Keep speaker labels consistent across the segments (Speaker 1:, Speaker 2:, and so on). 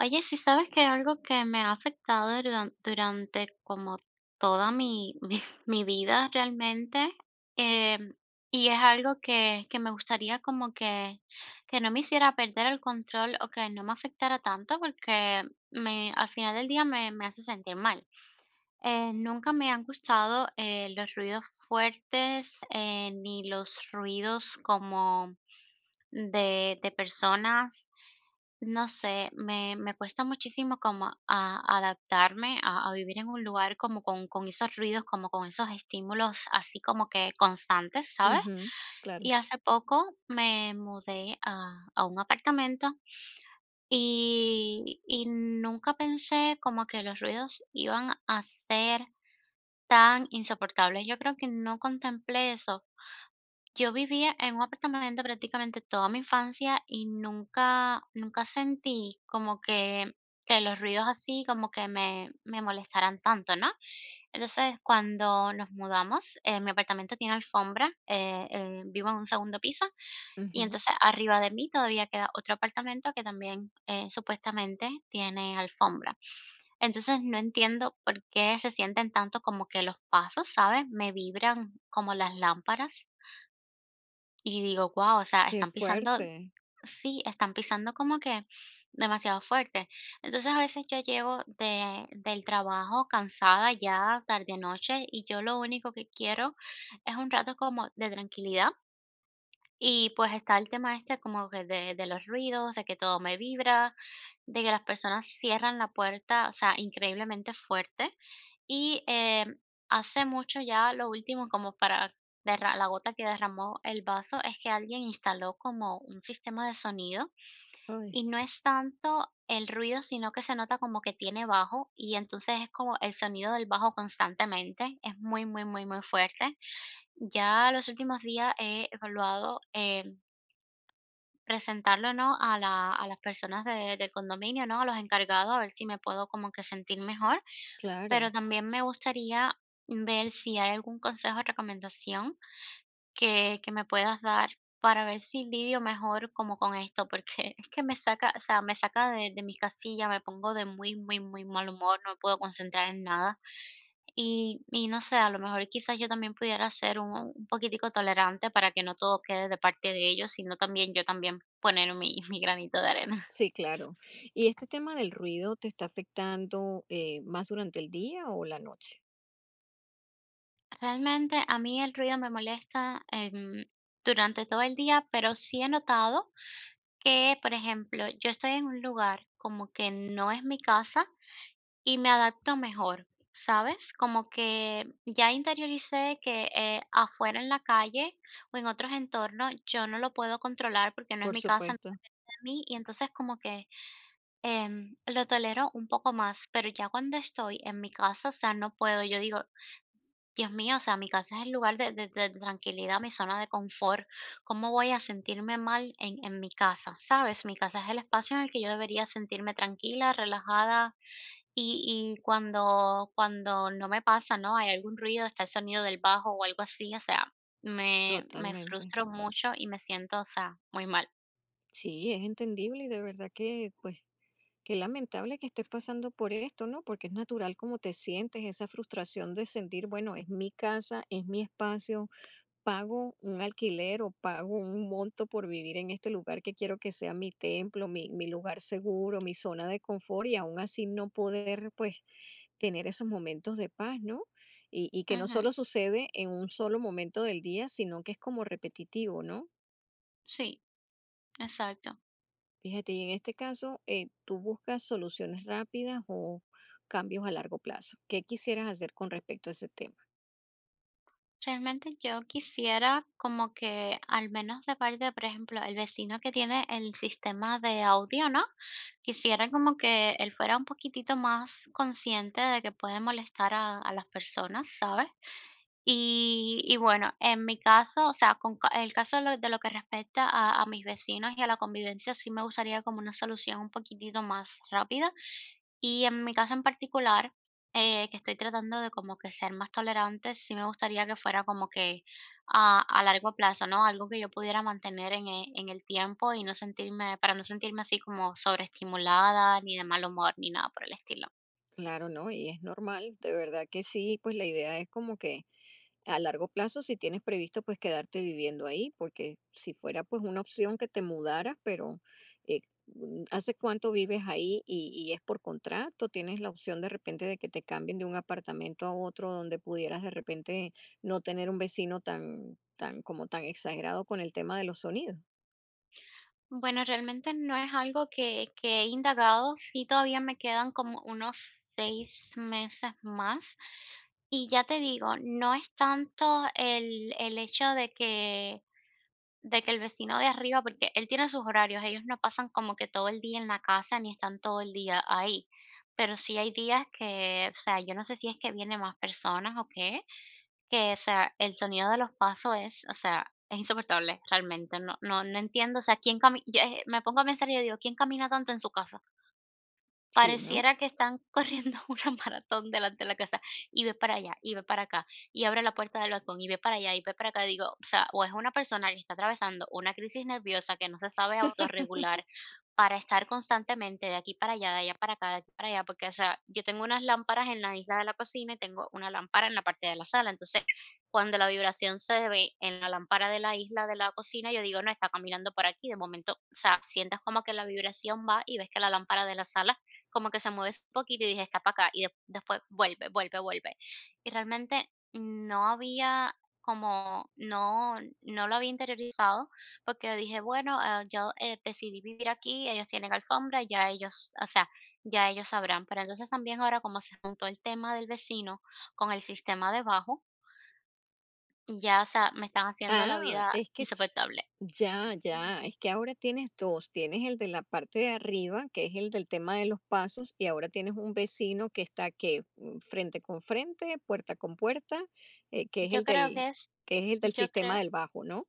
Speaker 1: Oye, sí sabes que algo que me ha afectado durante como toda mi, mi vida realmente, em, y es algo que me gustaría como que no me hiciera perder el control o que no me afectara tanto porque al final del día me hace sentir mal. Nunca me han gustado los ruidos fuertes ni los ruidos como de personas, no sé, me cuesta muchísimo como adaptarme a vivir en un lugar como con esos ruidos, como con esos estímulos así como que constantes, ¿sabes?
Speaker 2: Ujú, claro,
Speaker 1: Y hace poco me mudé a un apartamento y nunca pensé como que los ruidos iban a ser tan insoportables. Yo creo que no contemplé eso. Yo vivía en un apartamento prácticamente toda mi infancia y nunca sentí como que los ruidos así como que me molestaran tanto, ¿no? Entonces, cuando nos mudamos, mi apartamento tiene alfombra, vivo en un segundo piso, y
Speaker 2: ujú.
Speaker 1: entonces arriba de mí todavía queda otro apartamento que también supuestamente tiene alfombra. Entonces, no entiendo por qué se sienten tanto como que los pasos, ¿sabes? Me vibran como las lámparas y digo, guau, o sea,
Speaker 2: Qué
Speaker 1: están pisando,
Speaker 2: fuerte.
Speaker 1: sí, están pisando como que demasiado fuerte. Entonces a veces yo llego del trabajo cansada ya tarde noche, y yo lo único que quiero es un rato como de tranquilidad, y pues está el tema este como que de los ruidos, de que todo me vibra, de que las personas cierran la puerta, o sea, increíblemente fuerte. Y hace mucho ya, lo último, como para la gota que derramó el vaso, es que alguien instaló como un sistema de sonido,
Speaker 2: Ay,
Speaker 1: y no es tanto el ruido, sino que se nota como que tiene bajo, y entonces es como el sonido del bajo constantemente, es muy, muy, muy, muy fuerte. Ya los últimos días he evaluado presentarlo, ¿no?, a la a las personas de del condominio, ¿no?, a los encargados, a ver si me puedo como que sentir mejor, pero
Speaker 2: claro.
Speaker 1: también me gustaría ver si hay algún consejo o recomendación que me puedas dar para ver si lidio mejor como con esto, porque es que me saca, o sea, me saca de mis casillas, me pongo de muy, muy, muy mal humor, no me puedo concentrar en nada. Y no sé, a lo mejor quizás yo también pudiera ser un poquitico tolerante para que no todo quede de parte de ellos, sino también yo también poner mi mi granito de arena.
Speaker 2: Sí, claro. ¿Y este tema del ruido te está afectando, más durante el día o la noche?
Speaker 1: Realmente a mí el ruido me molesta, durante todo el día, pero sí he notado que, por ejemplo, yo estoy en un lugar como que no es mi casa y me adapto mejor, ¿sabes? Como que ya interioricé que, afuera en la calle o en otros entornos yo no lo puedo controlar porque no es
Speaker 2: Por
Speaker 1: mi casa.
Speaker 2: supuesto,
Speaker 1: Mí, y entonces como que lo tolero un poco más, pero ya cuando estoy en mi casa, o sea, no puedo, yo digo, Dios mío, o sea, mi casa es el lugar de tranquilidad, mi zona de confort, ¿cómo voy a sentirme mal en mi casa? ¿Sabes? Mi casa es el espacio en el que yo debería sentirme tranquila, relajada, y cuando no me pasa, ¿no? Hay algún ruido, está el sonido del bajo o algo así, o sea, me
Speaker 2: totalmente.
Speaker 1: frustro mucho y me siento, o sea, muy mal.
Speaker 2: Sí, es entendible y de verdad que, pues, qué lamentable que estés pasando por esto, ¿no? Porque es natural cómo te sientes, esa frustración de sentir, bueno, es mi casa, es mi espacio, pago un alquiler o pago un monto por vivir en este lugar que quiero que sea mi templo, mi lugar seguro, mi zona de confort y aún así no poder pues tener esos momentos de paz, ¿no? Y que no
Speaker 1: Ujú,
Speaker 2: solo sucede en un solo momento del día, sino que es como repetitivo, ¿no?
Speaker 1: sí, exacto.
Speaker 2: Fíjate, y en este caso tú buscas soluciones rápidas o cambios a largo plazo. ¿Qué quisieras hacer con respecto a ese tema?
Speaker 1: Realmente yo quisiera como que al menos de parte, por ejemplo, el vecino que tiene el sistema de audio, ¿no? Quisiera como que él fuera un poquitito más consciente de que puede molestar a las personas, ¿sabes? Y bueno, en mi caso, o sea, con el caso de lo que respecta a mis vecinos y a la convivencia, sí me gustaría como una solución un poquitito más rápida, y en mi caso en particular, que estoy tratando de como que ser más tolerante, sí me gustaría que fuera como que a largo plazo, ¿no? Algo que yo pudiera mantener en, en el tiempo y no sentirme, para no sentirme así como sobreestimulada, ni de mal humor, ni nada por el estilo.
Speaker 2: Claro, ¿no? Y es normal, de verdad que sí, pues la idea es como que a largo plazo, si tienes previsto, pues quedarte viviendo ahí, porque si fuera pues una opción que te mudaras, pero eh, ¿hace cuánto vives ahí y es por contrato? ¿Tienes la opción de repente de que te cambien de un apartamento a otro donde pudieras de repente no tener un vecino tan, tan como tan exagerado con el tema de los sonidos?
Speaker 1: Bueno, realmente no es algo que he indagado, sí todavía me quedan como unos 6 meses más. Y ya te digo, no es tanto el hecho de que de que el vecino de arriba, porque él tiene sus horarios, ellos no pasan como que todo el día en la casa ni están todo el día ahí. Pero sí hay días que, o sea, yo no sé si es que vienen más personas o qué, que, o sea, el sonido de los pasos es, o sea, es insoportable realmente. No entiendo, o sea, quién camina, me pongo a pensar y yo digo, ¿quién camina tanto en su casa?
Speaker 2: Sí, ¿no?
Speaker 1: Pareciera que están corriendo una maratón delante de la casa, y ve para allá, y ve para acá, y abre la puerta del balcón, y ve para allá, y ve para acá. Digo, o sea, o es una persona que está atravesando una crisis nerviosa que no se sabe autorregular para estar constantemente de aquí para allá, de allá para acá, de aquí para allá, porque, o sea, yo tengo unas lámparas en la isla de la cocina y tengo una lámpara en la parte de la sala. Entonces, cuando la vibración se ve en la lámpara de la isla de la cocina, yo digo, no, está caminando por aquí. De momento, o sea, sientes como que la vibración va y ves que la lámpara de la sala como que se mueve un poquito y dije, está para acá, y después vuelve, vuelve. Y realmente no había como, no, no lo había interiorizado, porque dije, bueno, ah, yo decidí vivir aquí, ellos tienen alfombra, ya ellos, o sea, ya ellos sabrán. Pero entonces también ahora como se juntó el tema del vecino con el sistema debajo, ya, o sea, me están haciendo la
Speaker 2: Ah,
Speaker 1: vida
Speaker 2: es que
Speaker 1: insoportable.
Speaker 2: ya, ya, es que ahora tienes dos, tienes el de la parte de arriba, que es el del tema de los pasos, y ahora tienes un vecino que está que frente con frente, puerta con puerta, eh, que es
Speaker 1: Yo
Speaker 2: el
Speaker 1: creo
Speaker 2: del,
Speaker 1: que es,
Speaker 2: que es el del
Speaker 1: yo
Speaker 2: sistema
Speaker 1: creo...
Speaker 2: del bajo, ¿no?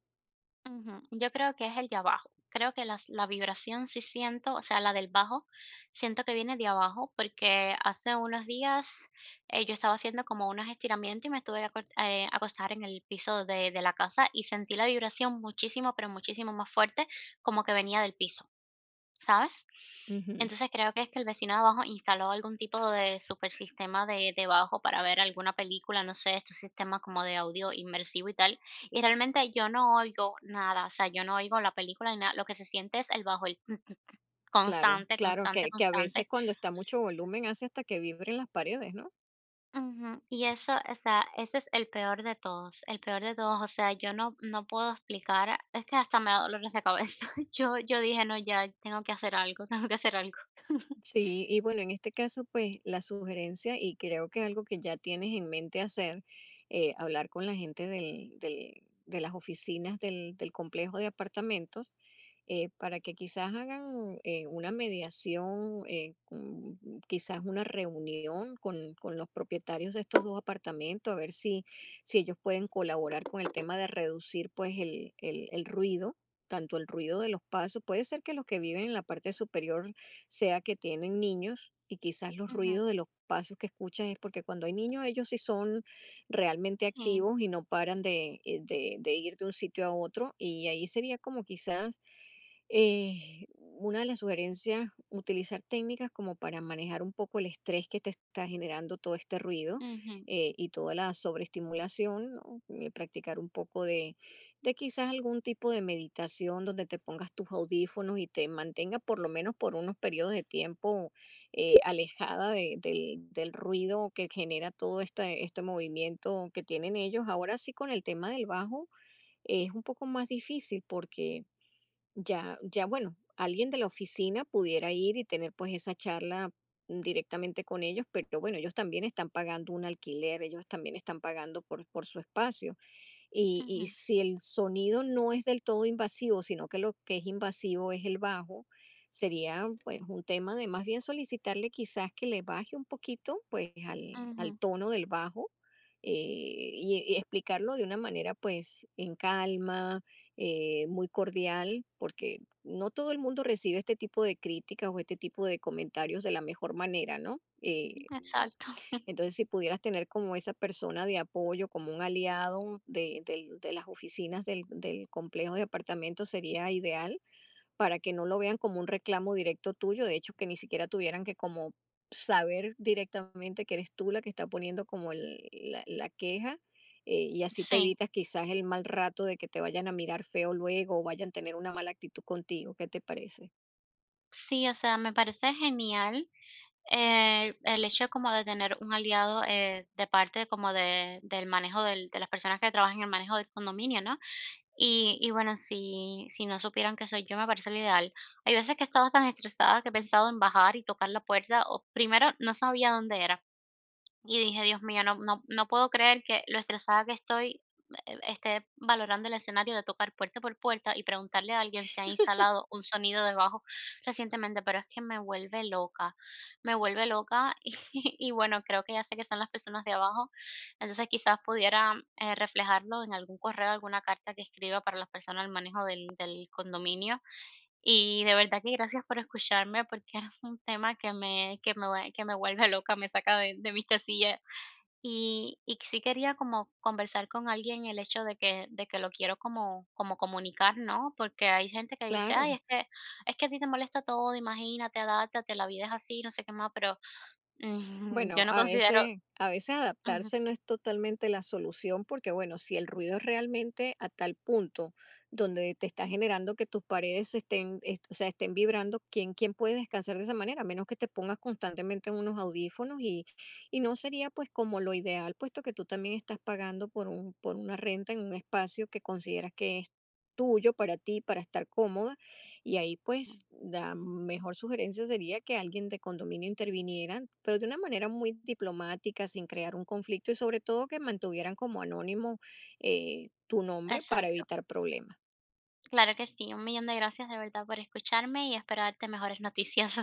Speaker 1: Ujú, yo creo que es el de abajo. Creo que las la vibración sí siento, o sea, la del bajo, siento que viene de abajo, porque hace unos días, yo estaba haciendo como unos estiramientos y me estuve a acor acostar en el piso de la casa, y sentí la vibración muchísimo, pero muchísimo más fuerte, como que venía del piso. ¿Sabes?
Speaker 2: Ujú.
Speaker 1: Entonces creo que es que el vecino de abajo instaló algún tipo de super sistema de bajo para ver alguna película, no sé, estos sistemas como de audio inmersivo y tal. Y realmente yo no oigo nada, o sea, yo no oigo la película ni nada. Lo que se siente es el bajo, el
Speaker 2: Claro,
Speaker 1: constante,
Speaker 2: claro,
Speaker 1: constante,
Speaker 2: que a veces
Speaker 1: constante.
Speaker 2: cuando está mucho volumen hace hasta que vibren las paredes, ¿no?
Speaker 1: Ujú, y eso, o sea, ese es el peor de todos, el peor de todos. O sea, yo no puedo explicar, es que hasta me da dolores de cabeza. Yo dije, no, ya tengo que hacer algo, tengo que hacer algo.
Speaker 2: Sí, y bueno, en este caso, pues la sugerencia, y creo que es algo que ya tienes en mente hacer, hablar con la gente de las oficinas del complejo de apartamentos, para que quizás hagan una mediación, quizás una reunión con los propietarios de estos dos apartamentos, a ver si, si ellos pueden colaborar con el tema de reducir pues el ruido, tanto el ruido de los pasos. Puede ser que los que viven en la parte superior sea que tienen niños y quizás los
Speaker 1: Ujú,
Speaker 2: ruidos de los pasos que escuchas es porque cuando hay niños ellos sí son realmente
Speaker 1: sí.
Speaker 2: activos y no paran de, de ir de un sitio a otro, y ahí sería como quizás una de las sugerencias, utilizar técnicas como para manejar un poco el estrés que te está generando todo este ruido
Speaker 1: Ujú,
Speaker 2: y toda la sobreestimulación, ¿no? Practicar un poco de quizás algún tipo de meditación donde te pongas tus audífonos y te mantenga por lo menos por unos periodos de tiempo, alejada del ruido que genera todo este, este movimiento que tienen ellos. Ahora sí, con el tema del bajo es un poco más difícil porque ya, ya bueno, alguien de la oficina pudiera ir y tener pues esa charla directamente con ellos, pero bueno, ellos también están pagando un alquiler, ellos también están pagando por su espacio. Y
Speaker 1: ujú,
Speaker 2: si el sonido no es del todo invasivo, sino que lo que es invasivo es el bajo, sería pues un tema de más bien solicitarle quizás que le baje un poquito pues al, al
Speaker 1: ujú.
Speaker 2: tono del bajo. eh, y, y explicarlo de una manera pues en calma, muy cordial, porque no todo el mundo recibe este tipo de críticas o este tipo de comentarios de la mejor manera, ¿no?
Speaker 1: Exacto.
Speaker 2: Entonces, si pudieras tener como esa persona de apoyo, como un aliado de las oficinas del complejo de apartamentos, sería ideal para que no lo vean como un reclamo directo tuyo. De hecho, que ni siquiera tuvieran que como saber directamente que eres tú la que está poniendo como la queja. Y así te
Speaker 1: Sí,
Speaker 2: evitas quizás el mal rato de que te vayan a mirar feo luego o vayan a tener una mala actitud contigo. ¿Qué te parece?
Speaker 1: sí, o sea, me parece genial el hecho como de tener un aliado de parte como del manejo de las personas que trabajan en el manejo del condominio, ¿no? Y bueno, si, si no supieran que soy yo, me parece lo ideal. Hay veces que he estado tan estresada que he pensado en bajar y tocar la puerta, o primero no sabía dónde era. Y dije: "Dios mío, no no no puedo creer que lo estresada que estoy, esté valorando el escenario de tocar puerta por puerta y preguntarle a alguien si ha instalado un sonido debajo recientemente", pero es que me vuelve loca, me vuelve loca, y bueno, creo que ya sé que son las personas de abajo, entonces quizás pudiera, reflejarlo en algún correo, alguna carta que escriba para las personas al manejo del del condominio. Y de verdad que gracias por escucharme, porque es un tema que me vuelve loca, me saca de mis casillas. Y sí quería como conversar con alguien el hecho de de que lo quiero como, como comunicar, ¿no? Porque hay gente que dice, ay,
Speaker 2: Claro.
Speaker 1: es que a ti te molesta todo, imagínate, adáptate, la vida es así, no sé qué más, pero mm, yo
Speaker 2: Bueno,
Speaker 1: no considero...
Speaker 2: a veces
Speaker 1: Ujú,
Speaker 2: adaptarse no es totalmente la solución porque, bueno, si el ruido es realmente a tal punto donde te está generando que tus paredes estén, o sea, estén vibrando, ¿quién, quién puede descansar de esa manera? A menos que te pongas constantemente en unos audífonos, y no sería pues como lo ideal, puesto que tú también estás pagando por un, por una renta en un espacio que consideras que es tuyo para ti, para estar cómoda, y ahí pues la mejor sugerencia sería que alguien de condominio interviniera, pero de una manera muy diplomática, sin crear un conflicto y sobre todo que mantuvieran como anónimo tu nombre para
Speaker 1: exacto.
Speaker 2: evitar problemas.
Speaker 1: Claro que sí, un millón de gracias de verdad por escucharme y esperarte mejores noticias.